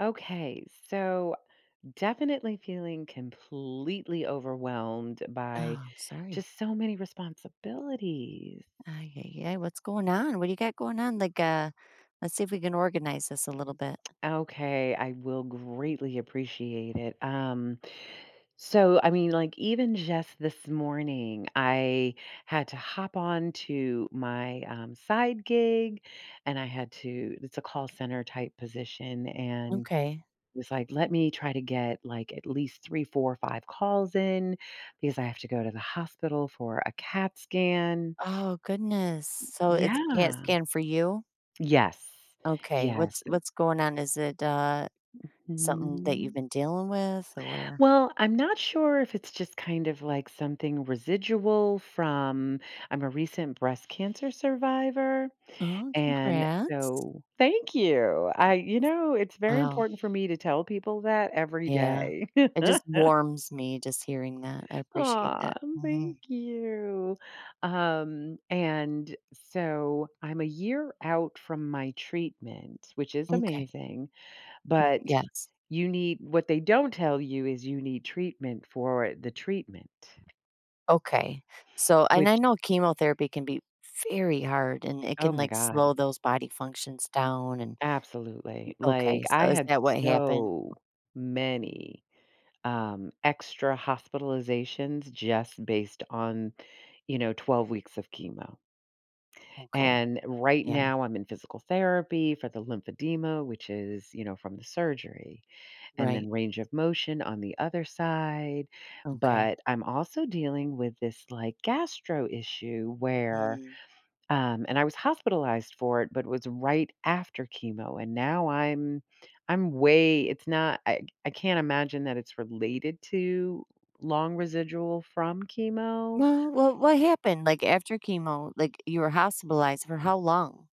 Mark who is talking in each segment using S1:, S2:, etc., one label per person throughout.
S1: Okay, so definitely feeling completely overwhelmed
S2: Oh,
S1: by
S2: I'm sorry.
S1: just so many responsibilities.
S2: Ay, ay, ay. What's going on? What do you got going on? Like, let's see if we can organize this a little bit.
S1: Okay, I will greatly appreciate it. So even just this morning I had to hop on to my side gig and I had to it's a call center type position and
S2: Okay.
S1: was like, "Let me try to get, like, at least 3, 4, 5 calls in because I have to go to the hospital for a CAT scan."
S2: Oh, goodness. So it's a CAT
S1: Yeah.
S2: scan for you?
S1: Yes.
S2: Okay.
S1: Yes,
S2: What's going on? Is it something that you've
S1: mhm.
S2: been dealing with or
S1: Well, I'm not sure if it's just kind of, like, something residual from I'm a recent breast cancer survivor,
S2: Oh,
S1: and
S2: congrats.
S1: so thank you. I you know, it's very
S2: Wow.
S1: important for me to tell people that every
S2: Yeah.
S1: day.
S2: It just warms me just hearing that. I appreciate
S1: Aw,
S2: that. Hmm.
S1: thank you. And so I'm a year out from my treatment, which is
S2: Okay.
S1: amazing,
S2: Mm,
S1: but
S2: yes.
S1: you need what they don't tell you is you need treatment for the treatment,
S2: Okay. So, and
S1: which
S2: I know chemotherapy can be very hard, and it
S1: oh
S2: can,
S1: my
S2: like,
S1: god,
S2: slow those body functions down and
S1: absolutely. Like
S2: okay,
S1: I
S2: so is
S1: had
S2: that what happened?
S1: so many extra hospitalizations just based on, you know, 12 weeks of chemo.
S2: Okay.
S1: And right
S2: Yeah.
S1: now I'm in physical therapy for the lymphedema, which is, you know, from the surgery, and
S2: Right.
S1: then range of motion on the other side.
S2: Okay.
S1: But I'm also dealing with this like gastro issue where
S2: Mm.
S1: and I was hospitalized for it, but it was right after chemo. And now I'm way, it's not, I can't imagine that it's related to long residual from chemo.
S2: Well, what happened, like, after chemo? Like, you were hospitalized for how long?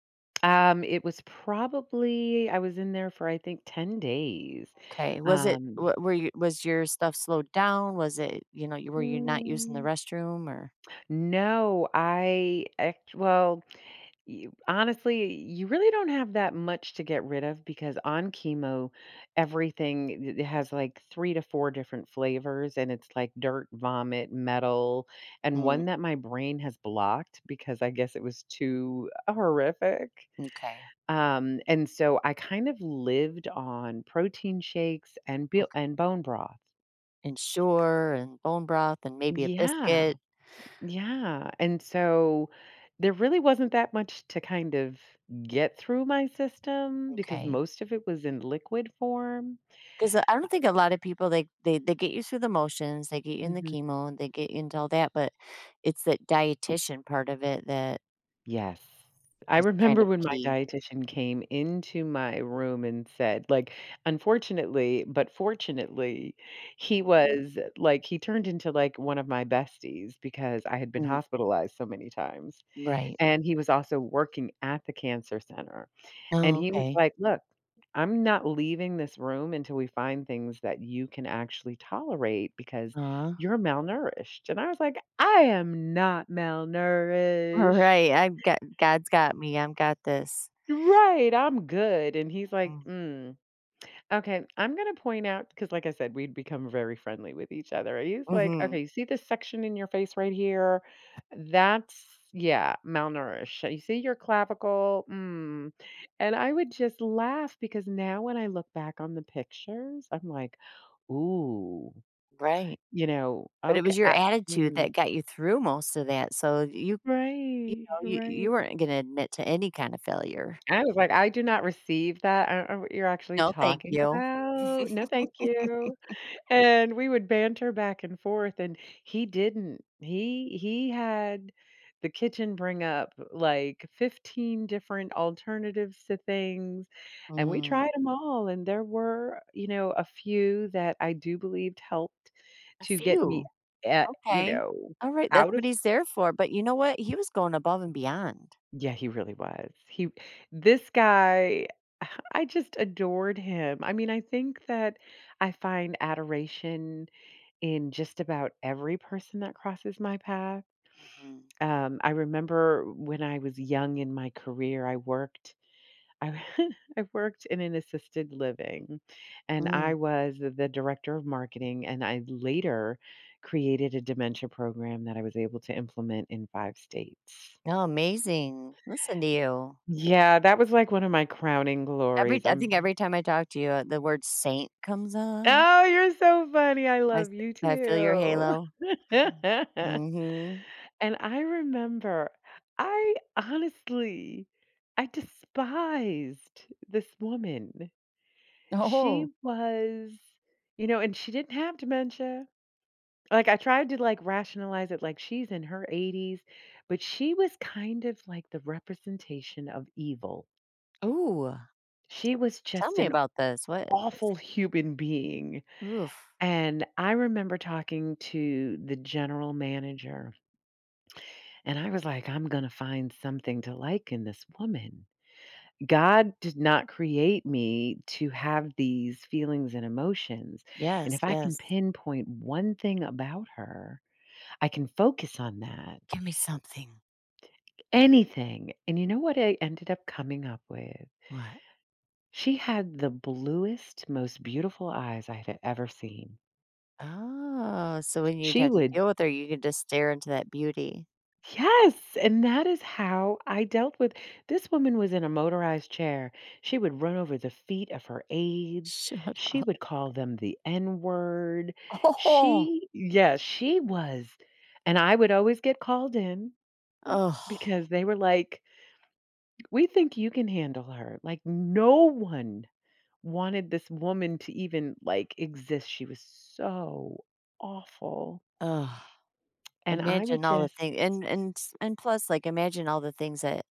S1: It was probably, I was in there for I think 10 days.
S2: Okay. Was it
S1: Um
S2: w were you was your stuff slowed down? Was it, you know, you were you not using the
S1: mm,
S2: restroom or
S1: No, well, you, honestly, you really don't have that much to get rid of because on chemo, everything, it has like three to four different flavors, and it's like dirt, vomit, metal, and one
S2: mm,
S1: that my brain has blocked because I guess it was too horrific.
S2: okay.
S1: And so I kind of lived on protein shakes and bu
S2: Okay.
S1: and bone broth.
S2: And sure, and bone broth and maybe a
S1: Yeah.
S2: biscuit.
S1: Yeah, and
S2: Mm,
S1: so there really wasn't that much to kind of get through my system because
S2: okay.
S1: most of it was in liquid form.
S2: 'Cause I don't think a lot of people, they get you through the motions, they get you in the
S1: Mhm.
S2: chemo, and they get you into all that, but it's that dietitian part of it that
S1: Yes. I
S2: is kind
S1: remember
S2: of
S1: when my
S2: key.
S1: dietitian came into my room and said, like, unfortunately, but fortunately,
S2: Mm,
S1: he turned into like one of my besties because I had been
S2: mm,
S1: hospitalized so many times.
S2: right.
S1: And he was also working at the cancer center. And
S2: Oh,
S1: he was
S2: okay.
S1: like, look, I'm not leaving this room until we find things that you can actually tolerate because
S2: Aw.
S1: you're malnourished. And I was like, I am not malnourished.
S2: Right, I've got, God's got me, I've got this.
S1: Right, I'm good. And he's like,
S2: Mm,
S1: mm, okay, I'm going to point out, because like I said, we'd become very friendly with each other. He's like,
S2: mhm,
S1: okay, you see this section in your face right here? That's, yeah, malnourished. You see your clavicle? Mm. And I would just laugh because now when I look back on the pictures, I'm like, ooh,
S2: right.
S1: you know,
S2: But it
S1: okay.
S2: was your attitude
S1: Mm,
S2: that got you through most of that, so you
S1: right,
S2: know, you
S1: right.
S2: weren't gonna admit to any kind of failure.
S1: I was like, "I do not receive that. I don't know what you're actually
S2: "No, thank
S1: talking
S2: you."
S1: about. No, thank you." And we would banter back and forth, and he didn't. he had the kitchen bring up, like, 15 different alternatives to things, and we tried
S2: Mm.
S1: them all, and there were, you know, a few that I do believed helped
S2: A
S1: to get me,
S2: few.
S1: you
S2: Okay.
S1: know,
S2: Alright, that's
S1: out of.
S2: what he's there for, but you know what? He was going above and beyond.
S1: Yeah, he really was. He this guy, I just adored him. I mean, I think that I find adoration in just about every person that crosses my path.
S2: Mhm.
S1: I remember when I was young in my career, I, I worked in an assisted living and I
S2: Mm.
S1: was the director of marketing and I later created a dementia program that I was able to implement in five states.
S2: No, amazing. Listen to you.
S1: Yeah, that was, like, one of my crowning
S2: Every,
S1: glories.
S2: I
S1: I'm.
S2: think every time I talk to you, the word saint comes up.
S1: Oh, you're so funny. I
S2: I s
S1: love you
S2: I feel your
S1: too.
S2: halo. Mhm.
S1: And I remember, I honestly, I despised this woman. She
S2: Oh.
S1: was you know, and she didn't have dementia. Like, I tried to, like, rationalize it, like, she's in her 80s, but she was kind of like the representation of evil.
S2: Ooh.
S1: She was
S2: Tell
S1: just
S2: me
S1: an
S2: about this. What is
S1: awful
S2: it?
S1: human being.
S2: Oof.
S1: And I remember talking to the general manager, and I was like, I'm going to find something to like in this woman. God did not create me to have these feelings and emotions. And
S2: Yes,
S1: if I can
S2: yes.
S1: pinpoint one thing about her, I can focus on that.
S2: Give me something.
S1: Anything. And you know what I ended up coming up with?
S2: What?
S1: She had the bluest, most beautiful eyes I had ever seen.
S2: Oh, so when you'd
S1: She
S2: have to
S1: would
S2: deal with her, you could just stare into that beauty.
S1: Yes, and that is how I dealt with. This woman was in a motorized chair. She would run over the feet of her aides.
S2: Shut
S1: She
S2: up.
S1: would call them the N word.
S2: Oh.
S1: She, yeah, she was. And I would always get called in
S2: Oh.
S1: because they were like, we think you can handle her. Like, no one wanted this woman to even like exist. She was so awful.
S2: Ugh.
S1: And I would
S2: Imagine all the
S1: just,
S2: things, and s and plus, like, imagine all the things that,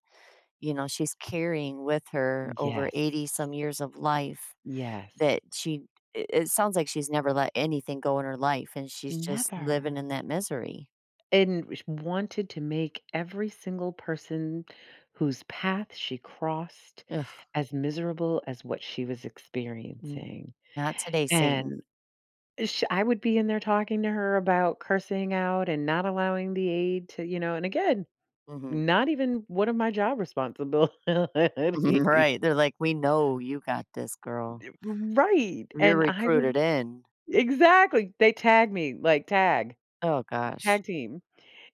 S2: you know, she's carrying with her over
S1: yes,
S2: 80 some years of life
S1: yes,
S2: that she it it sounds like she's never let anything go in her life, and she's just living
S1: never.
S2: in that misery.
S1: And sh wanted to make every single person whose path she crossed
S2: Ugh,
S1: as miserable as what she was
S2: mm,
S1: experiencing.
S2: "Not today, Satan."
S1: And sh I would be in there talking to her about cursing out and not allowing the aide to, you know, and again,
S2: Mhm.
S1: not even one of my job responsibilities.
S2: Right, they're like, "We know you got this, girl.
S1: Right,
S2: You're
S1: and I would
S2: recruited in."
S1: exactly, they tag me, like, tag,
S2: Oh gosh.
S1: tag team.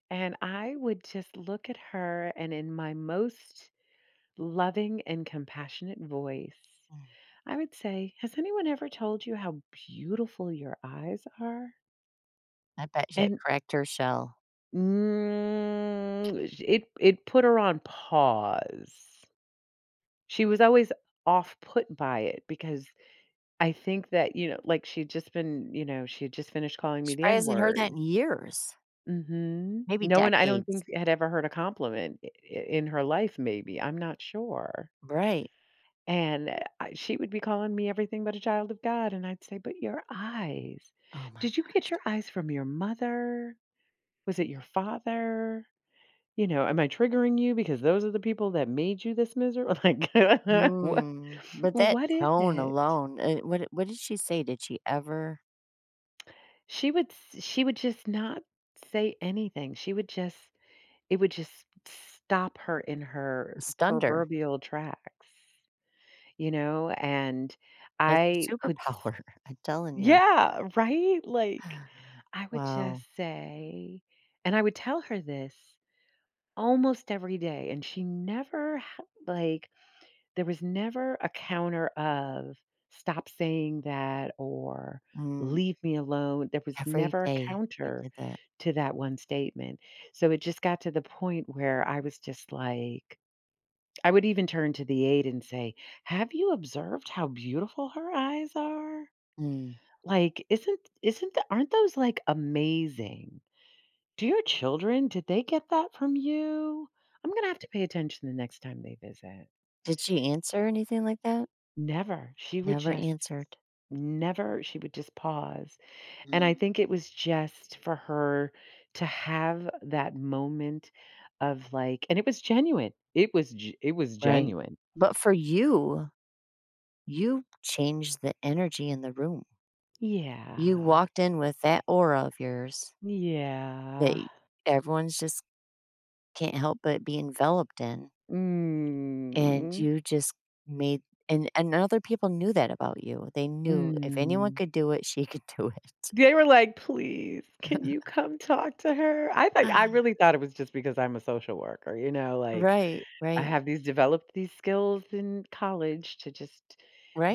S1: And I would just look at her, and in my most loving and compassionate voice,
S2: Mm,
S1: I would say, has anyone ever told you how beautiful your eyes are?
S2: I bet she had
S1: And
S2: cracked her shell.
S1: mm, it put her on pause. She was always off put by it because I think that, you know, like she'd just been, you know, she had just finished calling me
S2: She
S1: the
S2: probably
S1: N
S2: hasn't heard that
S1: word.
S2: in years,
S1: Hmm,
S2: maybe
S1: no one, I don't think,
S2: decades.
S1: had ever heard a compliment in her life. Maybe, I'm not sure.
S2: Right.
S1: And, I she would be calling me everything but a child of God, and I'd say, "But your eyes.
S2: Oh my
S1: Did you get
S2: gosh.
S1: your eyes from your mother? Was it your father? You know, am I triggering you because those are the people that made you this miserable?" Like, what
S2: Mm, but that
S1: what is
S2: tone
S1: it?
S2: alone, what did she say? Did she ever
S1: She would just not say anything. She would just it would just stop her in her
S2: stunned her?
S1: proverbial tracks, you know, and
S2: That's
S1: I
S2: your
S1: could.
S2: superpower. I'm telling you.
S1: Yeah, right? Like, I would just
S2: Wow.
S1: say, and I would tell her this almost every day, and she never ha like, there was never a counter of, "Stop saying that," or
S2: Mm,
S1: "Leave me alone." There was
S2: every
S1: never a
S2: day you
S1: counter
S2: did that.
S1: to that one statement. So it just got to the point where I was just like, I would even turn to the aide and say, "Have you observed how beautiful her eyes are?"
S2: Mm.
S1: Like, isn't th aren't those, like, amazing? Do your children did they get that from you? I'm gonna have to pay attention the next time they visit.
S2: Did she answer anything like that?
S1: Never. She would
S2: Never
S1: just
S2: answered.
S1: never. She would just pause, and I
S2: Mm,
S1: think it was just for her to have that moment of, like, and it was genuine. It was
S2: right.
S1: genuine.
S2: But for you, you changed the energy in the room. You
S1: Yeah.
S2: walked in with that aura of yours that
S1: Yeah.
S2: everyone's just can't help but be enveloped in. And
S1: Mm.
S2: you just made, and other people knew that about you. They knew if anyone
S1: Mm.
S2: could do it, she could do it.
S1: They were like, "Please, can you come talk to her?" I think I really thought it was just because I'm a social worker, you know, like,
S2: Right,
S1: I
S2: right,
S1: have these developed these skills in college to just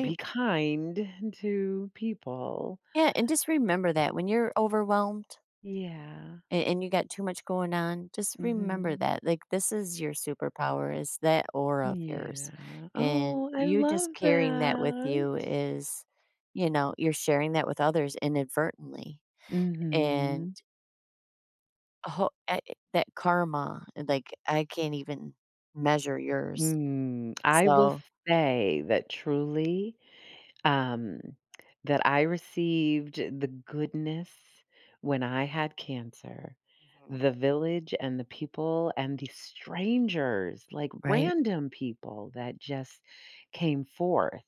S1: be kind to people.
S2: Yeah, and just remember that when you're overwhelmed
S1: Yeah.
S2: and you got too much going on, just remember
S1: Mhm.
S2: that. Like, this is your superpower, is that aura of yours.
S1: Yeah.
S2: And
S1: Oh, I
S2: you
S1: love
S2: just carrying that with
S1: that.
S2: you is, you know, you're sharing that with others inadvertently. And
S1: Mhm.
S2: oh, I that karma, like, I can't even measure yours.
S1: Mm. I will
S2: So
S1: say that truly, um, that I received the goodness when I had cancer.
S2: mhm.
S1: The village and the people and the strangers, like
S2: Right,
S1: random people that just came forth,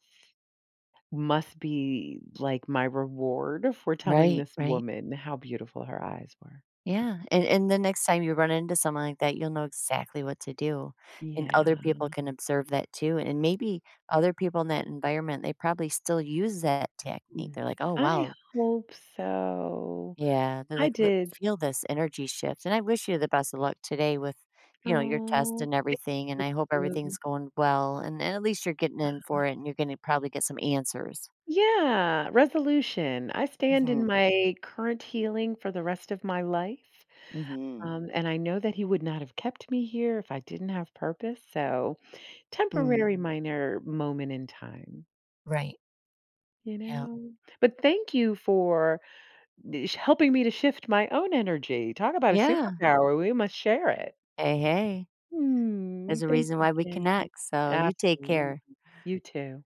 S1: must be like my reward for telling
S2: right,
S1: this
S2: right.
S1: woman how beautiful her eyes were.
S2: Yeah, and the next time you run into someone like that, you'll know exactly what to do, and other
S1: Yeah.
S2: people can observe that too, and maybe other people in that environment, they probably still use that technique.
S1: Mm.
S2: They're like, "Oh,
S1: I
S2: wow."
S1: hope so.
S2: Yeah, they're
S1: I
S2: like, "Look,
S1: did.
S2: feel this energy shift." And I wish you the best of luck today with, you know, your test
S1: Oh.
S2: and everything, and I hope everything's going well, and at least you're getting in for it, and you're gonna probably get some answers.
S1: Yeah, resolution. I stand in
S2: Mhm,
S1: my current healing for the rest of my life.
S2: mhm,
S1: And I know that he would not have kept me here if I didn't have purpose. So,
S2: mm,
S1: temporary minor moment in time,
S2: right,
S1: you
S2: yeah.
S1: know? But thank you for helping me to shift my own energy. Talk about a
S2: Yeah.
S1: superpower. We must share it.
S2: Hey, hey,
S1: Hmm,
S2: there's a
S1: thanks
S2: reason why we
S1: again.
S2: connect, so you take
S1: Absolutely.
S2: care.
S1: You too.